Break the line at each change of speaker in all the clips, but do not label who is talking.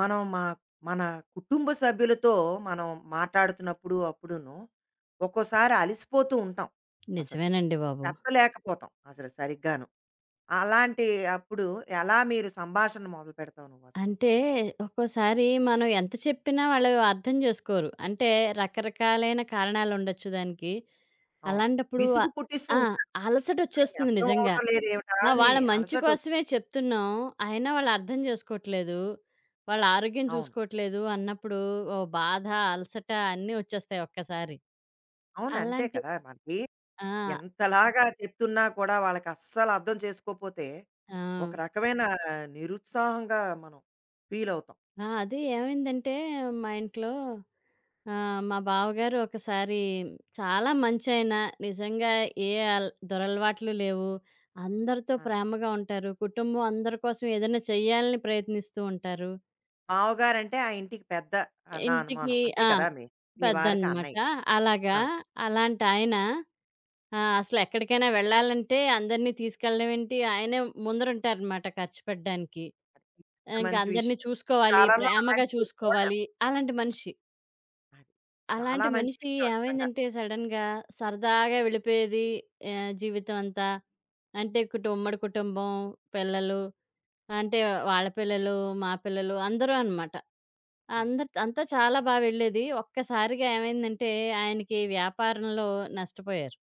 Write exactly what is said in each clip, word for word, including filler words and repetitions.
మనం మా మన కుటుంబ సభ్యులతో మనం మాట్లాడుతున్నప్పుడు అప్పుడును ఒక్కోసారి అలసిపోతూ ఉంటాం. అసలు
నిజమేనండి బాబు.
చెప్పలేకపోతాం అసలు సరిగ్గాను. అలాంటి అప్పుడు ఎలా మీరు సంభాషణ మొదలు పెడతావు నువ్వు అసలు?
అంటే ఒక్కోసారి మనం ఎంత చెప్పినా వాళ్ళు అర్థం జేసుకోరు. అంటే రకరకాలైన కారణాలుండొచ్చు దానికి.
అవును,
అలాంటప్పుడు
విసుగు
ఆహ్,
పుట్టిస్తూ
ఆ!
ఉంటాడు. "ఆయ్,
అలసటొచ్చేస్తుంది
అర్థం
నిజంగా.
అవటం లేదు ఏమిటా"
ఆ!
అని
వాళ్ళ మంచి
అలసట వచ్చేస్తుంది.
కోసమే చెప్తున్నాం. అయినా వాళ్ళు అర్థం జేసుకోవట్లేదు. వాళ్ళ ఆరోగ్యం
అవును.
చూసుకోవట్లేదు అన్నప్పుడు ఓ బాధ, అలసట అన్నీ ఒచ్చేస్తాయి ఒక్కసారి.
అవును అంతే
అలాంటి
కదా మనకి.
ఆ!
ఎంతలాగా చెప్తున్నా కూడా వాళ్ళకి అస్సలు అర్థం చేసుకోకపోతే
ఆ!
ఒక రకమైన నిరుత్సాహంగా మనం ఫీల్ అవుతాం.
ఆ! అదే ఏమైందంటే మా ఇంట్లో ఆహ్, మా బావగారు ఒకసారి చాలా మంచాయన. నిజంగా ఏ అల్ దురలవాట్లు లేవు. అందరితో ప్రేమగా ఉంటారు. కుటుంబం అందరి కోసం ఏదైనా చేయాలని ప్రయత్నిస్తూ ఉంటారు.
బావగారంటే ఆ ఇంటికి పెద్ద, ఆహ్, నా అనుమానం.
ఇంటికి
అంతే
ఆ!
కదా! మీ మీ వారికి
పెద్దన్నమాట.
అన్నయ్య.
అలాగా
ఆ!
అలాంటాయన ఆహ్, అసలెక్కడికైనా వెళ్ళాలంటే అందరిని తీసుకెళ్ళడం ఏంటి, ఆయనే ముందరుంటారనమాట ఖర్చు పెట్టడానికి.
అది ఎంత
ఇంక
మంచి
అందరిని
విషయం. ఈ
చూసుకోవాలి,
కాలంలో
ప్రేమగా
అలాంటివి చూడలేం.
చూసుకోవాలి. అలాంటి మనిషి.
అది. చాలా
అలాంటి
మంచి
మనిషి
విషయం నిజంగా.
ఏమైందంటే సడెన్‌గా సరదాగా వెళ్ళిపోయేది ఆహ్, జీవితం అంతా. అంటే కుటు ఉమ్మడి కుటుంబం, పిల్లలు అంటే
ఆ!
వాళ్ళ పిల్లలు, మా పిల్లలు అందరూ అనమాట.
ఆ!
అందరి అంతా చాలా బా వెళ్ళేది. ఒక్కసారిగా ఏమైందంటే ఆయనకి వ్యాపారంలో నష్టపోయారు.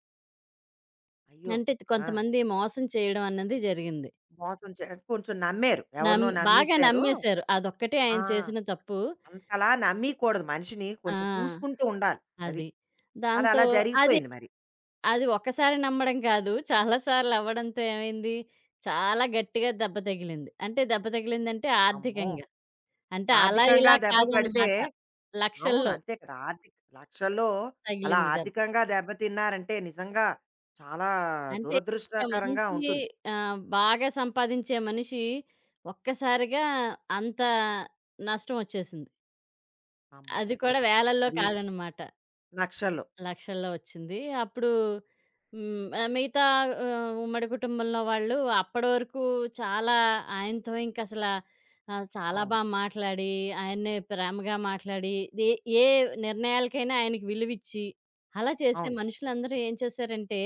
అయ్యో!
అంటే
ఆ!
కొంతమంది మోసం చేయడం అన్నది జరిగింది.
మోసం చే కొంచెం నమ్మారు.
నమ్
ఎవరినో
బాగా
నమ్మేశారు.
నమ్మేశారు. అదొక్కటే ఆయన
ఆ!
చేసిన తప్పు.
అంతలా నమ్మీయకూడదు మనిషిని.
ఆ!
కొంచెం చూసుకుంటూ ఉండాలి. అది.
అది.
అది
దాంతో
అలా
అది
జరిగిపోయింది మరి.
అది ఒక్కసారి నమ్మడం కాదు. చాలా సార్లు అవ్వడంతో ఏమైంది, చాలా గట్టిగా దెబ్బ తగిలింది. అంటే దెబ్బ తగిలిందంటే
అమ్మో!
ఆర్థికంగా. అంటే అలా
ఆర్థికంగా
ఇలా
దెబ్బ పడితే
కాదనమాట.
అవును.
లక్షల్లో
అంతే కదా! ఆర్థిక లక్షల్లో. అలా
తగిలింది దెబ్బ.
ఆర్థికంగా దెబ్బతిన్నారంటే నిజంగా చాలా
అంటే ఒక
దురదృష్టకరంగా
మంచి
ఉంటుంది.
ఆహ్, బాగా సంపాదించే మనిషి ఒక్కసారిగా అంత నష్టం వచ్చేసింది.
అమ్మ
అది
బాబోయ్!
కూడా వేలల్లో
అది
కాదనమాట.
లక్షల్లో.
లక్షల్లో వచ్చింది. అప్పుడు హ్మ్. ఆహ్, మిగతా ఆహ్, ఉమ్మడి కుటుంబంలో వాళ్ళు అప్పడి వరకు చాలా ఆయనతో ఇంకసలా ఆహ్, చాలా
అవును.
బా మాట్లాడి, ఆయన్ని ప్రేమగా మాట్లాడి, ఏ ఏ నిర్ణయాలకైనా ఆయనకి విలువిచ్చి, అలా చేసే
అవును.
మనుషులందరూ ఏం చేశారంటే,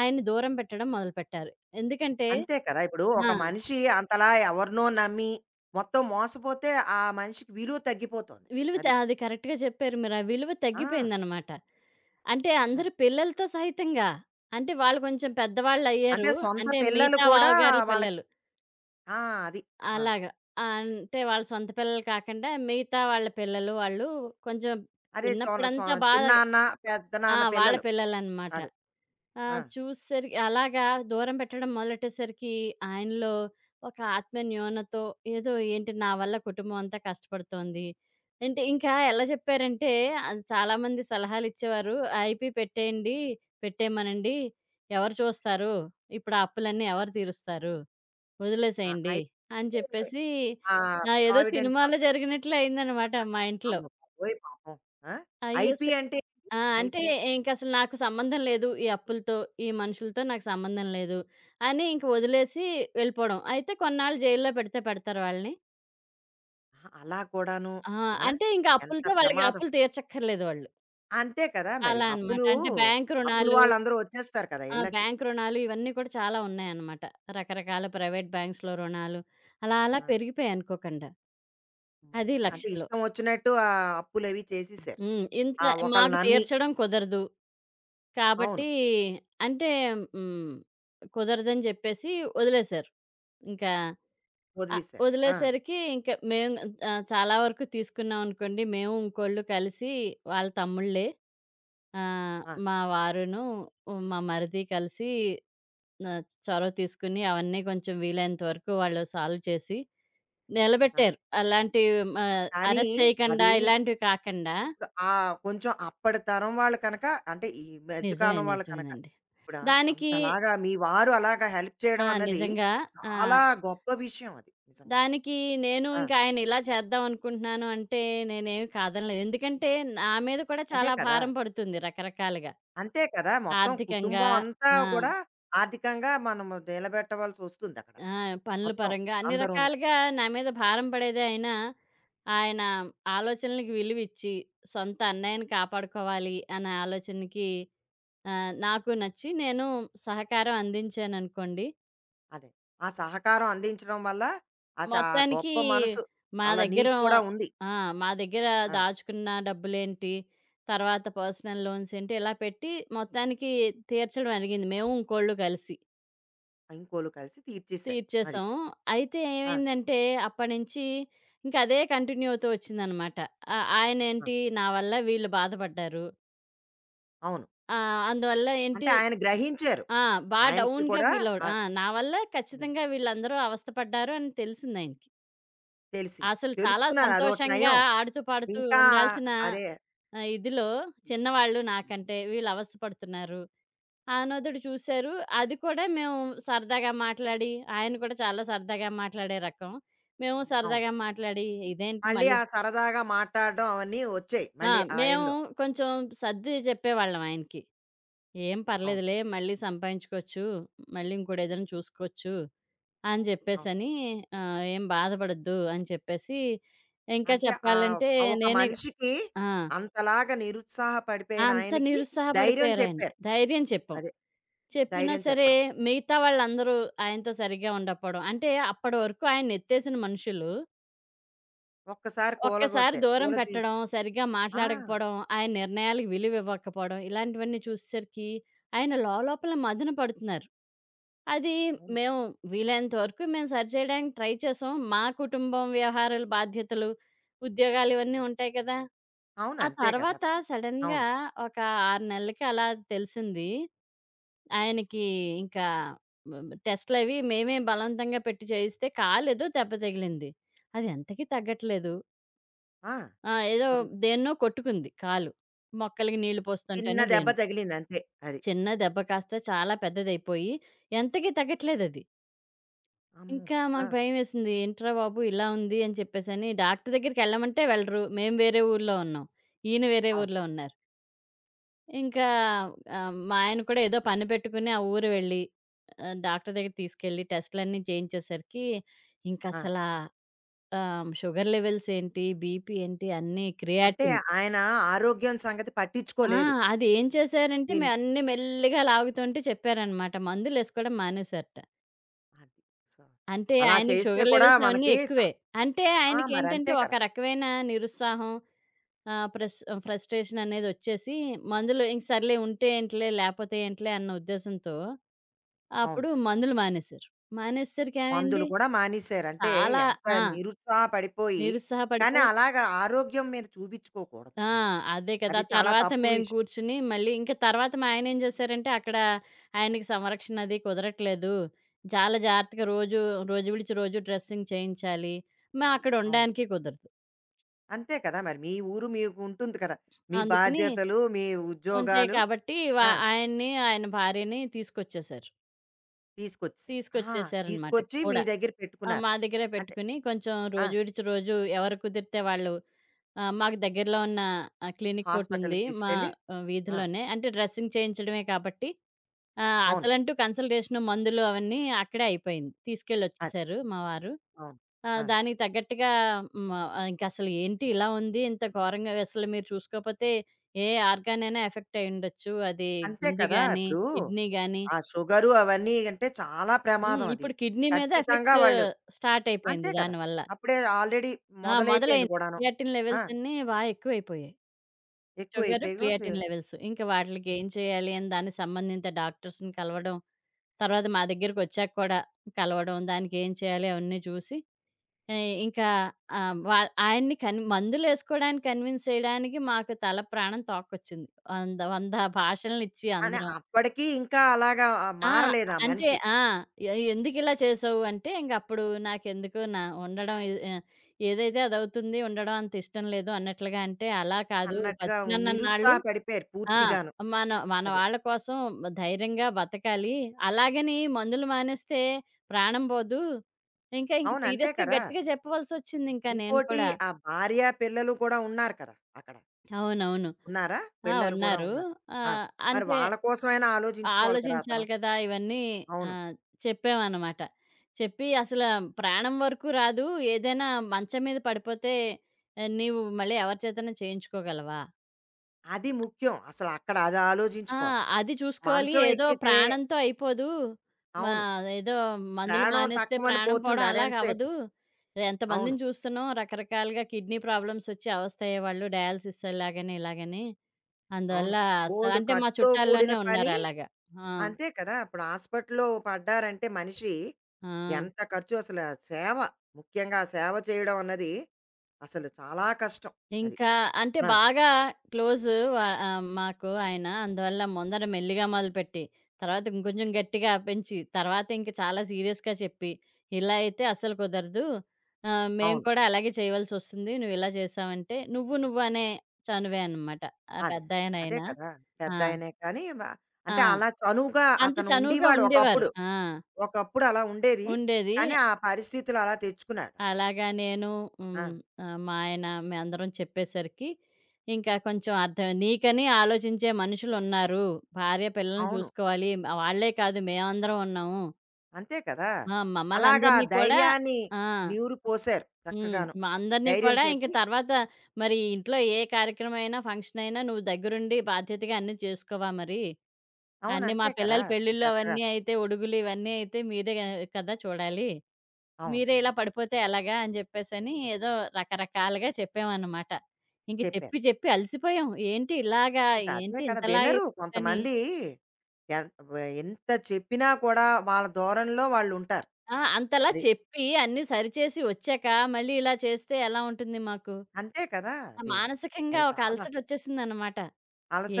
ఆయన్ని దూరం పెట్టడం మొదలుపెట్టారు. ఎందుకంటే
అంతే కదా! ఇప్పుడు
ఆ!
ఒక మనిషి అంతలా ఎవరినో నమ్మి మొత్తం మోసపోతే ఆ మనిషికి విలువ తగ్గిపోతుంది.
విలువ త
అది.
అది కరెక్ట్‌గా చెప్పారు మీరు. ఆ విలువ
ఆ!
తగ్గిపోయిందనమాట. అంటే
అది.
అందరు పిల్లలతో సహితంగా. అంటే వాళ్ళు కొంచెం
అంటే
పెద్దవాళ్ళయ్యారు.
సొంత
అంటే
పిల్లలు
మిగతా
కూడా
బావగార్ల
వాళ్ళకి
పిల్లలు.
ఆ! అది. ఆ!
అలాగా. ఆహ్, అంటే వాళ్ళ సొంత పిల్లలు కాకుండా మిగతా వాళ్ళ పిల్లలు వాళ్ళు కొంచెం
అదే సొన సొ
చిన్నప్పుడంతా బాగా
చిన్నాన్న,
ఆ!
పెద్దనాన్న
వాళ్ళ
పిల్లలు.
పిల్లలనమాట.
అదే.
ఆ!
ఆ!
చూసేసరికి అలాగా దూరం పెట్టడం మొదలెట్టేసరికి ఆయనలో ఒక ఆత్మ న్యూనతో ఏదో ఏంటి నా వల్ల కుటుంబం అంతా కష్టపడుతోంది. అంటే ఇంకా ఎలా చెప్పారంటే ఆహ్, చాలామంది సలహాలిచ్చేవారు. ఐపీ పెట్టేయండి, పెట్టేయమనండి. ఎవరు చూస్తారు? ఇప్పుడు ఆ అప్పులన్నీ ఎవరు తీరుస్తారు?
ఆ!
వదిలేసేయండి
అయితే
అని చెప్పేసి
ఆ
ఆహ్, ఏదో
ప్రావిడెంట్
సినిమాలో
ఫండ్.
జరిగినట్లే అయిందనమాట మా ఇంట్లో.
అమ్మ బాబోయ్! పాపం. ఆ!
అయ్యో!
ఐపీ అంటే ఏంటి?
ఆ! అంటే
ఐపీ.
ఇంకసలు నాకు సంబంధం లేదు. ఈ అప్పులతో, ఈ మనుషులతో నాకు సంబంధం లేదు అని ఇంక వదిలేసి వెళ్ళిపోవడం. అయితే కొన్నాళ్ళు జైల్లో పెడితే పెడతారు వాళ్ళని.
ఆహా! అలా కూడాను.
ఆ!
ఆ!
అంటే ఇంక
ఎంత
అప్పులతో వాళ్ళకి
ప్రమాదం.
అప్పులు తీర్చక్కర్లేదు వాళ్ళు.
అంతే కదా! మరి.
అలా అనమాట.
అప్పులు,
అంటే బ్యాంక్
అప్పులు
రుణాలు
వాళ్ళందరూ వచ్చేస్తారు కదా!
ఆ!
ఇళ్ళకి.
బ్యాంక్ రుణాలు ఇవన్నీ కూడా చాలా ఉన్నాయన్నమాట. రకరకాల ప్రైవేట్ బ్యాంక్స్‌లో రుణాలు అలా అలా
ఆ!
పెరిగిపోయాయి అనుకోకుండా.
అమ్మ
అది
బాబోయ్! అంటే
లక్షల్లో.
ఇష్టం వచ్చినట్టు ఆహ్, అప్పులవి చేసేసారు.
హ్మ్. ఇంత
ఆ! ఒకళ్ళని
మాకు
నమ్మి.
తీర్చడం కుదరదు.
అవును.
కాబట్టి అంటే హ్మ్. కుదరదని చెప్పేసి వదిలేశారు. ఇంకా ఆహ్,
వదిలేసారు. ఆ!
వదిలేసరికి ఇంకా మేము ఆహ్, చాలా వరకు తీసుకున్నామనుకోండి. మేము ఇంకోళ్ళు కలిసి వాళ్ళ తమ్ముళ్ళే ఆహ్,
ఆ!
మా వారును, మా మరిది కలిసి ఆహ్, చొరవ తీసుకొని అవన్నీ కొంచెం వీలైనంత వరకు వాళ్ళు సాల్వ్ చేసి
ఆ!
నిలబెట్టారు. అలాంటివి మ
కానీ
అరెస్ట్ చేయకుండా
అది
ఇలాంటివి కాకుండా
ఇప్పుడు ఆ కొంచెం అప్పటి తరం వాళ్ళు కనుక, అంటే ఈ
నిజమే.
మధ్యకాలం వాళ్ళు కనుక,
నిజమేనండి.
ఇప్పుడు ఆ-
దానికి
అంతలాగా మీ వారు అలాగా హెల్ప్
ఆ!
చేయడం అన్నది
నిజంగా ఆ!
చాలా గొప్ప విషయం అది నిజంగా.
దానికి నేను
ఆ!
ఇంకా ఆయన ఇలా చేద్దాం అనుకుంటున్నాను అంటే నేనేమి కాదనలేదు. ఎందుకంటే నా మీద కూడా
అదే
చాలా
కదా!
భారం పడుతుంది రకరకాలుగా.
అంతే కదా! మొత్తం
ఆర్థికంగా
కుటుంబం అంతా
ఆ!
కూడా ఆర్థికంగా మనము నిలబెట్టవలసి వస్తుందక్కడ.
ఆ! పనుల
మొత్తం
పరంగా అన్ని
అందరూను.
రకాలుగా నా మీద భారం పడేదే అయినా, ఆయన ఆలోచనలకి విలువిచ్చి, సొంత అన్నయ్యని కాపాడుకోవాలి అనే ఆలోచనకి ఆహ్, నాకు నచ్చి నేను సహకారం అందించాననుకోండి
అదే. ఆ సహకారం అందించడం వల్ల అస ఆ
మొత్తానికి
గొప్ప మనసు
మా
అలా
దగ్గర
నీకు కూడా ఉంది.
ఆ! మా దగ్గర
ఆ!
దాచుకున్న డబ్బులేంటి, తర్వాత పర్సనల్ లోన్స్ ఏంటి, ఇలా పెట్టి మొత్తానికి తీర్చడం అలిగింది. మేము, ఇంకోళ్ళు కలిసి
ఇంకోళ్ళు కలిసి తీర్చేశారు. అది.
తీర్చేసాం. అయితే
ఆ!
ఏమైందంటే అప్పటినుంచి ఇంక అదే కంటిన్యూ అవుతూ వచ్చిందనమాట. ఆ!
ఆ!
ఆయనేంటి నా వల్ల వీళ్ళు బాధపడ్డారు.
అవును.
ఆహ్, అందువల్ల
అంటే
ఏంటి
ఆయన గ్రహించారు.
ఆ! బా
ఆయనకి
డౌన్‌గా
కూడా
ఫీలవ్వడు.
ఆహ్,
ఆ! నా వల్ల
హ్మ్.
ఖచ్చితంగా వీళ్ళందరూ అవస్థపడ్డారు అని తెలిసిందాయనకి.
తెలిసింది.
అసలు చాలా
తెలుసుకున్నారు. అదోటి
సంతోషంగా
నయం.
ఆడుతూ పాడుతూ
ఇంకా
ఉండాల్సిన
అదే.
ఆహ్, ఇదిలో చిన్నవాళ్ళు నాకంటే వీళ్ళు అవస్థ పడుతున్నారు. ఆ అనోదుడు చూశారు. అది కూడా మేము సరదాగా మాట్లాడి, ఆయన కూడా చాలా సరదాగా మాట్లాడే రకం. మేము
అవును.
సరదాగా మాట్లాడి ఇదేంటి
మళ్ళీ
మళ్ళీ
ఆ సరదాగా మాట్లాడడం అవన్నీ వచ్చాయి.
ఆ!
మళ్ళీ
మేము
ఆయనలో.
కొంచెం సర్ది చెప్పేవాళ్ళం ఆయనకి. "ఏం
అవును.
పర్లేదులే మళ్ళీ సంపాదించుకోవచ్చు. మళ్ళీ ఇంకోటేదైనా చూసుకోవచ్చు" అని
అవును.
చెప్పేసని ఆహ్, "ఏం బాధపడొద్దు" అని చెప్పేసి ఇంకా
అంటే ఆహ్,
చెప్పాలంటే
ఒక
నేనే
మనిషికి
ఆ!
అంతలాగా నిరుత్సాహపడిపోయిన
అంత
ఆయనకి ధైర్యం
నిరుత్సాహపడిపోయారాయన.
చెప్పారు.
ధైర్యం చెప్పాం.
అదే.
చెప్పినా
ధైర్యం
సరే
చెప్పడం.
మిగతా వాళ్ళందరూ ఆయనతో సరిగ్గా ఉండకపోవడం. అంటే అప్పడి వరకు ఆయన్నెత్తేసిన మనుషులు
ఒక్కసారి
ఒక్కసారి
కూలగొట్టారు.
దూరం
కూల
పెట్టడం,
తీశారు.
సరిగ్గా
ఆ!
మాట్లాడకపోవడం, ఆయన నిర్ణయాలకు విలువ ఇవ్వకపోవడం ఇలాంటివన్నీ చూసేసరికి ఆయన లోలోపల మదన పడుతున్నారు. అది
అవును.
మేము వీలైనంత వరకు మేము సరిచేయడానికి ట్రై చేసాం. మా కుటుంబం వ్యవహారాలు, బాధ్యతలు, ఉద్యోగాలు ఇవన్నీ ఉంటాయి కదా!
అవును.
ఆ
అంతే కదా!
తర్వాత
మరి.
సడెన్‌గా
అవును.
ఒక ఆరు నెలలకి అలా తెలిసింది. ఆయనకి ఇంకా బ్ టెస్ట్‌లవి మేమే బలవంతంగా పెట్టి చేయిస్తే కాలేదో దెబ్బ తగిలింది. అది ఎంతకీ తగ్గట్లేదు.
ఆ!
ఆ! ఏదో
అది.
దేన్నో కొట్టుకుంది కాలు. మొక్కలకి నీళ్లు
చిన్న
పోస్తుంటేనో
దెబ్బ
దేన్నో.
తగిలింది అంతే. అది.
చిన్న దెబ్బ కాస్త చాలా పెద్దదయిపోయి ఎంతకీ తగ్గట్లేదది.
అమ్మో!
ఇంకా
ఆ!
మాకు భయమేసింది. ఏంట్రా బాబు! ఇలా ఉంది అని చెప్పేసని డాక్టర్ దగ్గరికెళ్ళమంటే వెళ్ళరు. మేము వేరే ఊర్లో ఉన్నాం. ఈయన వేరే
అవును.
ఊర్లో ఉన్నారు. ఇంకా ఆహ్, మా ఆయన కూడా ఏదో పని పెట్టుకుని ఆ ఊరు వెళ్ళి ఆహ్, డాక్టర్ దగ్గరికి తీసుకెళ్ళి టెస్ట్‌లన్నీ చేయించేసరికి
ఆ!
ఇంకసలా ఆహ్, షుగర్ లెవెల్స్ ఏంటి, బీపీ ఏంటి అన్నీ
అంటే
క్రియాటిన్.
ఆయన ఆరోగ్యం సంగతి
ఆ!
పట్టించుకోలేదు.
అది ఏం చేశారంటే
దీన్
మేమన్నీ మెల్లిగా లాగుతుంటే చెప్పారనమాట. మందులేసుకోవడం మానేశారట.
అది. సో,
అంటే
అలా
ఆయనకి
చేస్తే
షుగర్
కూడా
లెవెల్స్ అవన్నీ
మనకి చ
ఎక్కువే. అంటే
ఆ!
ఆయనకేంటంటే
మరంతే
ఒక
కదా!
రకమైన నిరుత్సాహం ఆహ్, ప్రస్ ఫ్రస్ట్రేషన్ అనేదొచ్చేసి మందులు ఇంక సర్లే ఉంటే ఏంటిలే లేపోతే ఏంటిలే అన్న ఉద్దేశంతో
అవును.
అప్పుడు మందులు మానేశారు. మానేసేసరికి
మందులు
ఏమైంది
కూడా మానేశారు. అంటే
చాలా
ఎంత
ఆ!
నిరుత్సాహ పడిపోయి కానీ
నిరుత్సాహపడిపోయి
అలాగా ఆరోగ్యం మీద చూపించుకోకూడదు.
ఆ!
అది.
అదే కదా!
అది చాలా
తర్వాత
తప్పు
మేము
విషయం.
కూర్చుని మళ్ళీ ఇంక తర్వాత మా ఆయనేం జేశారంటే, అక్కడ ఆయనకి సంరక్షణ అది కుదరట్లేదు. చాలా జాగ్రత్తగా రోజు, రోజు విడిచి రోజు డ్రెస్సింగ్ చేయించాలి. మేము అక్కడ
అవును.
ఉండడానికి కుదరదు.
అంతే కదా! మరి మీ ఊరు మీకు ఉంటుంది కదా! మీ
అందుకని
బాధ్యతలు, మీ
ఉంటాయి
ఉద్యోగాలు.
కాబట్టి వా
ఆ!
ఆయన్ని, ఆయన భార్యని తీసుకొచ్చేశారు.
తీసుకొచ్చేసారు. ఆహా!
తీసుకొచ్చేశారనమాట
తీసుకొచ్చి మీ
కూడా.
దగ్గర
ఆ!
పెట్టుకున్నారు.
మా దగ్గరే
అంటే
పెట్టుకుని కొంచెం
ఆ!
రోజు విడిచి రోజు ఎవరు కుదిరితే వాళ్ళు ఆహ్, మాకు దగ్గరలో ఉన్న ఆహ్, క్లినిక్ ఒకటుంది
హాస్పిటల్‌కి
మా
తీసుకెళ్ళి
ఆహ్,
ఆ!
వీధిలోనే. అంటే డ్రెస్సింగ్ చేయించడమే కాబట్టి ఆ!
అవును.
అసలంటూ కన్సల్టేషను, మందులు అవన్నీ అక్కడే అయిపోయింది. తీసుకెళ్ళొచ్చేసారు మా వారు.
అవును.
ఆహ్,
ఆ!
దానికి తగ్గట్టుగా హ్మ్. ఆహ్, ఇంకసలు ఏంటి ఇలా ఉంది? ఇంత ఘోరంగా అసలు మీరు చూసుకోపోతే ఏ ఆర్గాన్ అయినా ఎఫెక్ట్ అయ్యుండొచ్చు. అది
అంతే
గుండె
కదా!
గాని,
ఇప్పుడు
కిడ్నీ గాని
ఆ షుగరు అవన్నీ అంటే చాలా
హ్మ్.
ప్రమాదం అది.
ఇప్పుడు కిడ్నీ మీద
ఖచ్చితంగా
ఎఫెక్ట్
వాళ్ళు
స్టార్ట్ అయిపోయింది
అంతే కదా!
దానివల్ల.
అప్పుడే ఆల్రెడీ
ఆ!
మొదలైపోయింది
మొదలైంది.
కూడాను.
క్రియాటిన్
ఆ!
లెవెల్స్ అన్నీ బా ఎక్కువైపోయాయి. షుగరు,
ఎక్కువైపోయి గూడా
క్రియాటిన్ లెవెల్స్. ఇంకా వాటిలికి ఏం చేయాలి అని దానికి సంబంధిత డాక్టర్స్‌ని కలవడం, తర్వాత మా దగ్గరికొచ్చాక కూడా కలవడం, దానికి ఏం చేయాలి అవన్నీ చూసి ఆహ్, ఇంకా ఆహ్, వా ఆయన్ని కన్ మందులేసుకోవడానికి కన్విన్స్ చేయడానికి మాకు తల ప్రాణం తోక్కొచ్చింది. వంద, 100 భాషలనిచ్చి
అని
అందరం.
అప్పటికి ఇంకా అలాగా ఆ
ఆ!
మారలేదు ఆ
అంటే
మనిషి
ఆ! ఎ ఎందుకిలా చేసావు అంటే ఇంగప్పుడు నాకెందుకు నా ఉండడం ఎ ఆహ్, ఏదైతే అదవుతుంది. ఉండడం అంత ఇష్టం లేదు అన్నట్లుగా అంటే, అలా కాదు
అన్నట్టుగా ఉన్-
బతికినన్నన్నాళ్ళు
నిరుత్సాహపడిపోయారు
ఆ!
పూర్తిగాను.
మన మన
అది.
వాళ్ళ కోసం ధైర్యంగా బతకాలి. అలాగని మందులు మానేస్తే ప్రాణం పోదు. ఇంకా ఇంక
అవును. అంతే
సీరియస్‌గా
కదా!
గట్టిగా చెప్పవలసొచ్చిందింకా నేను
ఇంకోటి
కూడా.
ఆ భార్య, పిల్లలు కూడా ఉన్నారు కదా! అక్కడ.
అవునవును.
ఉన్నారా?
ఆ!
పిల్లలు కూడా
ఉన్నారు.
ఉన్నారు. ఆ!
ఆహ్,
మరి
అంటే
వాళ్ళ కోసమైనా ఆలోచించుకోవాలి కదా! అతను.
ఆలోచించాలి కదా! ఇవన్నీ
అవును.
ఆహ్, చెప్పామనమాట. చెప్పి అసలు ప్రాణం వరకు రాదు. ఏదైనా మంచం మీద పడిపోతే ఆహ్, నీవు మళ్ళీ ఎవరి చేతనా చేయించుకోగలవా?
అది ముఖ్యం. అసలు అక్కడ అది
ఆ!
ఆలోచించుకోవాలి.
అది చూసుకోవాలి.
మంచం
ఏదో
ఎక్కితే
ప్రాణంతో అయిపోదు. మా
అవును.
ఏదో మందులు
ప్రాణం
మానేస్తే
తక్కువని
ప్రాణం
పోతుంది
పోవడం
అదెంతసేపు.
అలాగవ్వదు.
అవును.
ఎంతమందిని చూస్తున్నాం రకరకాలుగా కిడ్నీ ప్రాబ్లమ్స్ వచ్చి అవస్థ అయ్యేవాళ్ళు. డయాలిసిస్ అలాగని, ఇలాగని.
అవును.
అందువల్ల అసలు
బోలెడు
అంటే మా
ఖర్చుతో కూడిన
చుట్టాల్లోనే
పని.
ఉన్నారలాగా. ఆ!
అంతే కదా! ఇప్పుడు హాస్పిటల్‌లో పడ్డారంటే మనిషి
ఆ!
ఎంత ఖర్చు అసలు ఆ సేవ. ముఖ్యంగా ఆ సేవ చేయడం అన్నది అసలు చాలా కష్టం. అది.
ఇంకా అంటే
ఆ!
బాగా క్లోజ్ వా ఆహ్, మాకు ఆయన. అందువల్ల ముందర మెల్లిగా మొదలుపెట్టి, తర్వాత ఇంకొంచెం గట్టిగా పెంచి, తర్వాత ఇంక చాలా సీరియస్‌గా చెప్పి, ఇలా అయితే అస్సలు కుదరదు. ఆహ్, మేము
అవును.
కూడా అలాగే చేయవలసొస్తుంది. నువ్వు ఇలా చేసావంటే, నువ్వు నువ్వు అనే చనువే అనమాట. ఆ
అదే.
పెద్దాయన
అదే
ఆయన.
కదా!
ఆయన ఆ!
పెద్దాయనే కానీ వ
ఆ!
అంటే అలా చనువుగా
అంత
అతను
చనువుగా
ఉండేవాడు
ఉండేవారు.
ఒకప్పుడు.
ఆ!
ఒకప్పుడు అలా ఉండేది.
ఉండేది.
కానీ ఆ పరిస్థితులు అలా తెచ్చుకున్నాడతను.
అలాగా నేను
ఆ!
హ్మ్. ఆహ్, మా ఆయన మేమందరం చెప్పేసరికి ఇంకా కొంచెం అర్థం నీకని ఆలోచించే మనుషులున్నారు. భార్య పిల్లల్ని
అవును.
చూసుకోవాలి. వాళ్ళే కాదు మేమందరం ఉన్నాము.
అంతే కదా!
ఆ!
అలాగా
మమ్మల్నందరినీ కూడా
ధైర్యాన్ని
ఆ!
నీరు పోశారు
హ్మ్.
చక్కగాను.
మా అందరిని
ధైర్యం
కూడా ఇంక
చెప్పి
తర్వాత మరి ఇంట్లో ఏ కార్యక్రమం అయినా, ఫంక్షన్ అయినా నువ్వు దగ్గరుండి బాధ్యతగా అన్నీ చేసుకోవా మరి?
అవును.
అన్నీ మా
అంతే కదా!
పిల్లల పెళ్ళిళ్ళు
చక్కగా
అవన్నీ అయితే, ఉడుగులు ఇవన్నీ అయితే మీరే కదా చూడాలి.
అవును.
మీరే ఇలా పడిపోతే ఎలాగా? అని జెప్పేసని ఏదో రకరకాలుగా చెప్పామనమాట. ఇంక
చెప్పారు.
చెప్పి చెప్పి అలసిపోయాం. ఏంటి ఇలాగా?
ఇంకా అంతే
ఏంటి
కదా!
ఇంతలా
వినరు
అని
కొంతమంది. ఎన్ వ ఎంత చెప్పినా కూడా వాళ్ళ ధోరణిలో వాళ్ళుంటారు.
ఆ! అంతలా
అది.
చెప్పి అన్నీ సరిచేసి వచ్చాక మళ్ళీ ఇలా చేస్తే ఎలా ఉంటుంది మాకు?
అంతే కదా!
ఆహ్,
అది.
మానసికంగా
అది
ఒక
చాలా
అలసటొచ్చేసిందనమాట.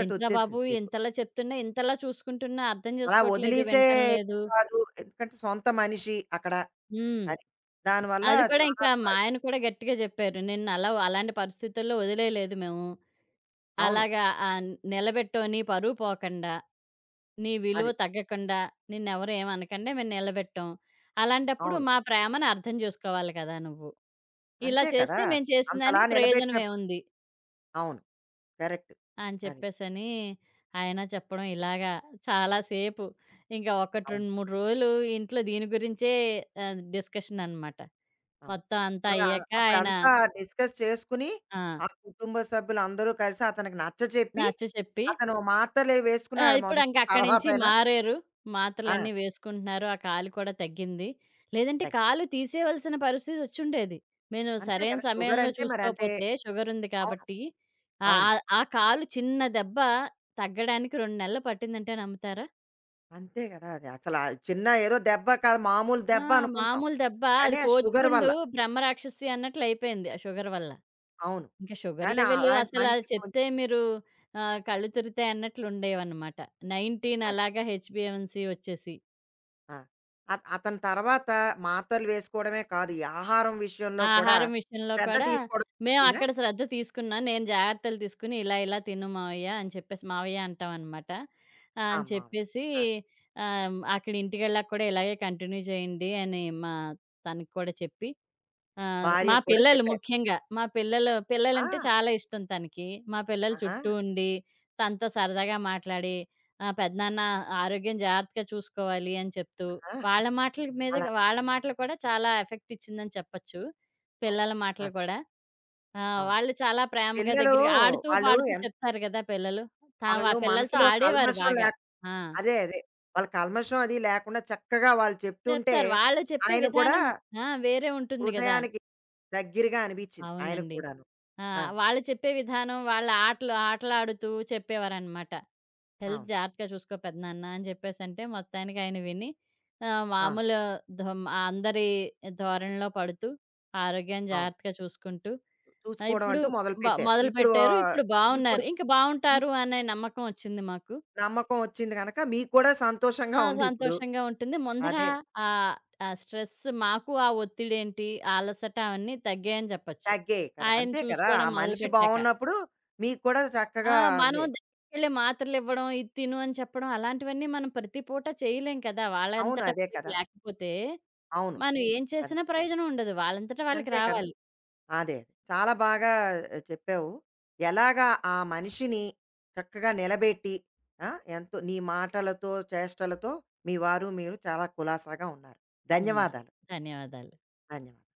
ఏంట్రా బాబు!
మీకు.
ఇంతలా చెప్తున్నా, ఇంతలా చూసుకుంటున్నా అర్థం
అలా
జేసుకోవట్లేదు,
వదిలేసే
వినటం లేదు.
కాదు. ఎందుకంటే సొంత మనిషి అక్కడ.
హ్మ్.
అది. దానివల్ల
అది కూడా
చాలా
ఇంకా మా ఆయన కూడా గట్టిగా జెప్పారు. నిన్ను అలా అలాంటి పరిస్థితుల్లో వదిలేయలేదు మేము.
అవును.
అలాగా ఆహ్, నిలబెట్టావు. నీ పరువు పోకండా, నీ విలువ
అది.
తగ్గకుండా, నిన్నెవరు ఏమనకండా మేము నిలబెట్టాం. అలాంటప్పుడు
అవును.
మా ప్రేమను అర్థం జేసుకోవాలి కదా నువ్వు. ఇలా
అంతే కదా!
చేస్తే మేము చేసిన
అంతలా
దానికి ప్రయోజనం
నిలబెట్టినప్పుడు.
ఏముంది
అవును. కరెక్ట్.
అని
అది.
చెప్పేసని ఆయన చెప్పడం ఇలాగా చాలా సేపు ఇంకా ఒకటి
అవును.
రెండు, మూడు రోజులు ఇంట్లో దీని గురించే ఆహ్, డిస్కషన్ అనమాట.
అవును.
మొత్తం అంతా
అలా
అయ్యాక ఆయన
అప్పుడంతా డిస్కస్ చేసుకుని,
ఆ!
ఆ కుటుంబ సభ్యులందరూ కలిసి అతనికి నచ్చచెప్పి,
నచ్చ చెప్పి
అతను మాత్రలే
ఆ!
వేసుకున్నాడు
ఇప్పుడంక
మొదట్లో
అక్కడి నుంచి
తర్వాతైనా.
మారారు.
ఆ!
మాత్రలన్నీ వేసుకుంటున్నారు. ఆ కాలు కూడా తగ్గింది. లేదంటే
తగ్గి
కాలు తీసేయవలసిన పరిస్థితి వచ్చుండేది. నేను
అంతే
సరైన
కదా!
సమయంలో
షుగరంటే మరంతే
చూసుకోపోతే షుగరుంది
అవును.
కాబట్టి ఆ!
అవును.
ఆహ్, ఆ కాలు చిన్న దెబ్బ తగ్గడానికి రెండు నెలలు పట్టిందంటే నమ్ముతారా?
అంతే కదా! అది అసలా చిన్న ఏదో దెబ్బ కాదు మామూలు
ఆ!
దెబ్బ అనుకుంటాం.
మామూలు దెబ్బ అది
కానీ ఆ షుగర్
కోతిపుండు
వల్ల.
బ్రహ్మరాక్షసి అన్నట్లయిపోయింది ఆ షుగర్ వల్ల.
అవును.
ఇంక షుగర్
కానీ
లెవెల్
అలాంటి
అసలా
మనిషి కొంచెం
చెప్తే మీరు ఆహ్, కళ్ళు తిరుగుతాయన్నట్లుండేవన్నమాట. పందొమ్మిది అలాగా హెచ్‌బీఎవన్సీ వచ్చేసి.
ఆ! అత అతని తర్వాత మాత్రలు వేసుకోవడమే కాదు, ఈ ఆహారం విషయంలో
ఆ!
కూడా
ఆహారం విషయంలో
శ్రద్ధ
కూడా
తీసుకోవడం ఉందా?
మేమక్కడ శ్రద్ధ తీసుకున్నా. నేను జాగ్రత్తలు తీసుకొని, ఇలా ఇలా తిను మావయ్య అని చెప్పేసి మావయ్య అంటామనమాట. ఆహ్,
ఆ!
అని
మావయ్య.
చెప్పేసి
ఆ!
ఆహ్, అక్కడ ఇంటికెళ్ళాక కూడా ఇలాగే కంటిన్యూ చేయండి అని మా తనకి కూడా చెప్పి ఆ! మా
భార్యకి కూడా
పిల్లలు
చెప్పారు.
ముఖ్యంగా. మా పిల్లలు
ఆ!
పిల్లలంటే చాలా ఇష్టం తనకి. మా పిల్లల
ఆహా!
చుట్టూ ఉండి, తనతో సరదాగా మాట్లాడి, ఆహ్, "పెదనాన్న ఆరోగ్యం జాగ్రత్తగా చూసుకోవాలి" అని చెప్తూ,
ఆ!
వాళ్ళ మాటల మీద
అలా.
వాళ్ళ మాటలు కూడా చాలా ఎఫెక్ట్ ఇచ్చిందని చెప్పొచ్చు.
అవును.
పిల్లల
ఆ!
మాటలు కూడా. ఆ!
అవును.
వాళ్ళు చాలా ప్రేమగా
పిల్లలు
దగ్గరగా ఆడుతూ,
వాళ్ళు
పాడుతూ
ఎం
చెప్తారు గదా! పిల్లలు. తా
వాళ్ళు
ఆ పిల్లలతో
మనసులో
ఆడేవారు
కల్మషం
బాగా.
లేక
ఆ!
అదే. అదే. వాళ్ళ కల్మషం అది లేకుండా చక్కగా వాళ్ళు చెప్తుంటే,
చెప్తారు. వాళ్ళు చెప్పే
ఆయన కూడా
విధానం ఆ! వేరే ఉంటుంది గదా!
హృదయానికి దగ్గరగా అనిపించింది ఆయనకు
అవునండి.
కూడాను.
ఆ!
ఆ!
వాళ్ళు చెప్పే విధానం వాళ్ళ ఆటలు ఆటలాడుతూ చెప్పేవారనమాట. "హెల్త్
అవును.
జాగ్రత్తగా చూసుకో పెదనాన్న" అని చెప్పేసంటే మొత్తానికి ఆయన విని ఆహ్,
ఆ!
మామూలు ధోం అందరి ధోరణిలో పడుతూ, ఆరోగ్యాన్ని
అవును.
జాగ్రత్తగా చూసుకుంటూ ఆహ్,
చూసుకోవడం
ఇప్పుడు
అంటూ
బ
మొదలుపెట్టారు. ఇప్పుడు
మొదలుపెట్టారు.
ఆహ్,
ఇప్పుడు
ఇప్పుడు
బావున్నారు. ఇంక
ఇప్
బావుంటారు అనే నమ్మకం వచ్చింది మాకు.
నమ్మకం వచ్చింది గనక మీకు కూడా సంతోషంగా
ఆ!
ఉంది ఇప్పుడు.
సంతోషంగా ఉంటుంది. ముందర
అదే.
ఆహ్, ఆ స్ట్రెస్ మాకు ఆ ఒత్తిడేంటి, ఆ అలసట అవన్నీ తగ్గాయని చెప్పొచ్చు.
తగ్గాయి కదా!
ఆయన
అంతే కదా! ఆ
చూసుకోవడం
మనిషి
మొదలుపెట్టాక.
బావున్నప్పుడు మీకు కూడా
ఆ!
చక్కగా
మనం
నే
దగ్గరికెళ్ళి మాత్రలివ్వడం, ఇది తిను అని చెప్పడం అలాంటివన్నీ మనం ప్రతి పూట చేయలేం కదా!
అవును.
వాళ్ళంతట
అదే
వాళ్ళకి
కదా!
లేకపోతే,
అవును.
మనం ఏం
అదే.
చేసినా ప్రయోజనం ఉండదు. వాళ్ళంతట వాళ్ళకి
అంతే కదా!
రావాలి.
అదే. చాలా బాగా ఆ, చెప్పావు. ఎలాగా ఆ మనిషిని చక్కగా నిలబెట్టి ఆ! ఎంతో నీ మాటలతో, చేష్టలతో మీ వారు మీరు చాలా కులాసాగా ఉన్నారు.
హ్మ్.
ధన్యవాదాలు.
ధన్యవాదాలు.
ధన్యవాదాలు.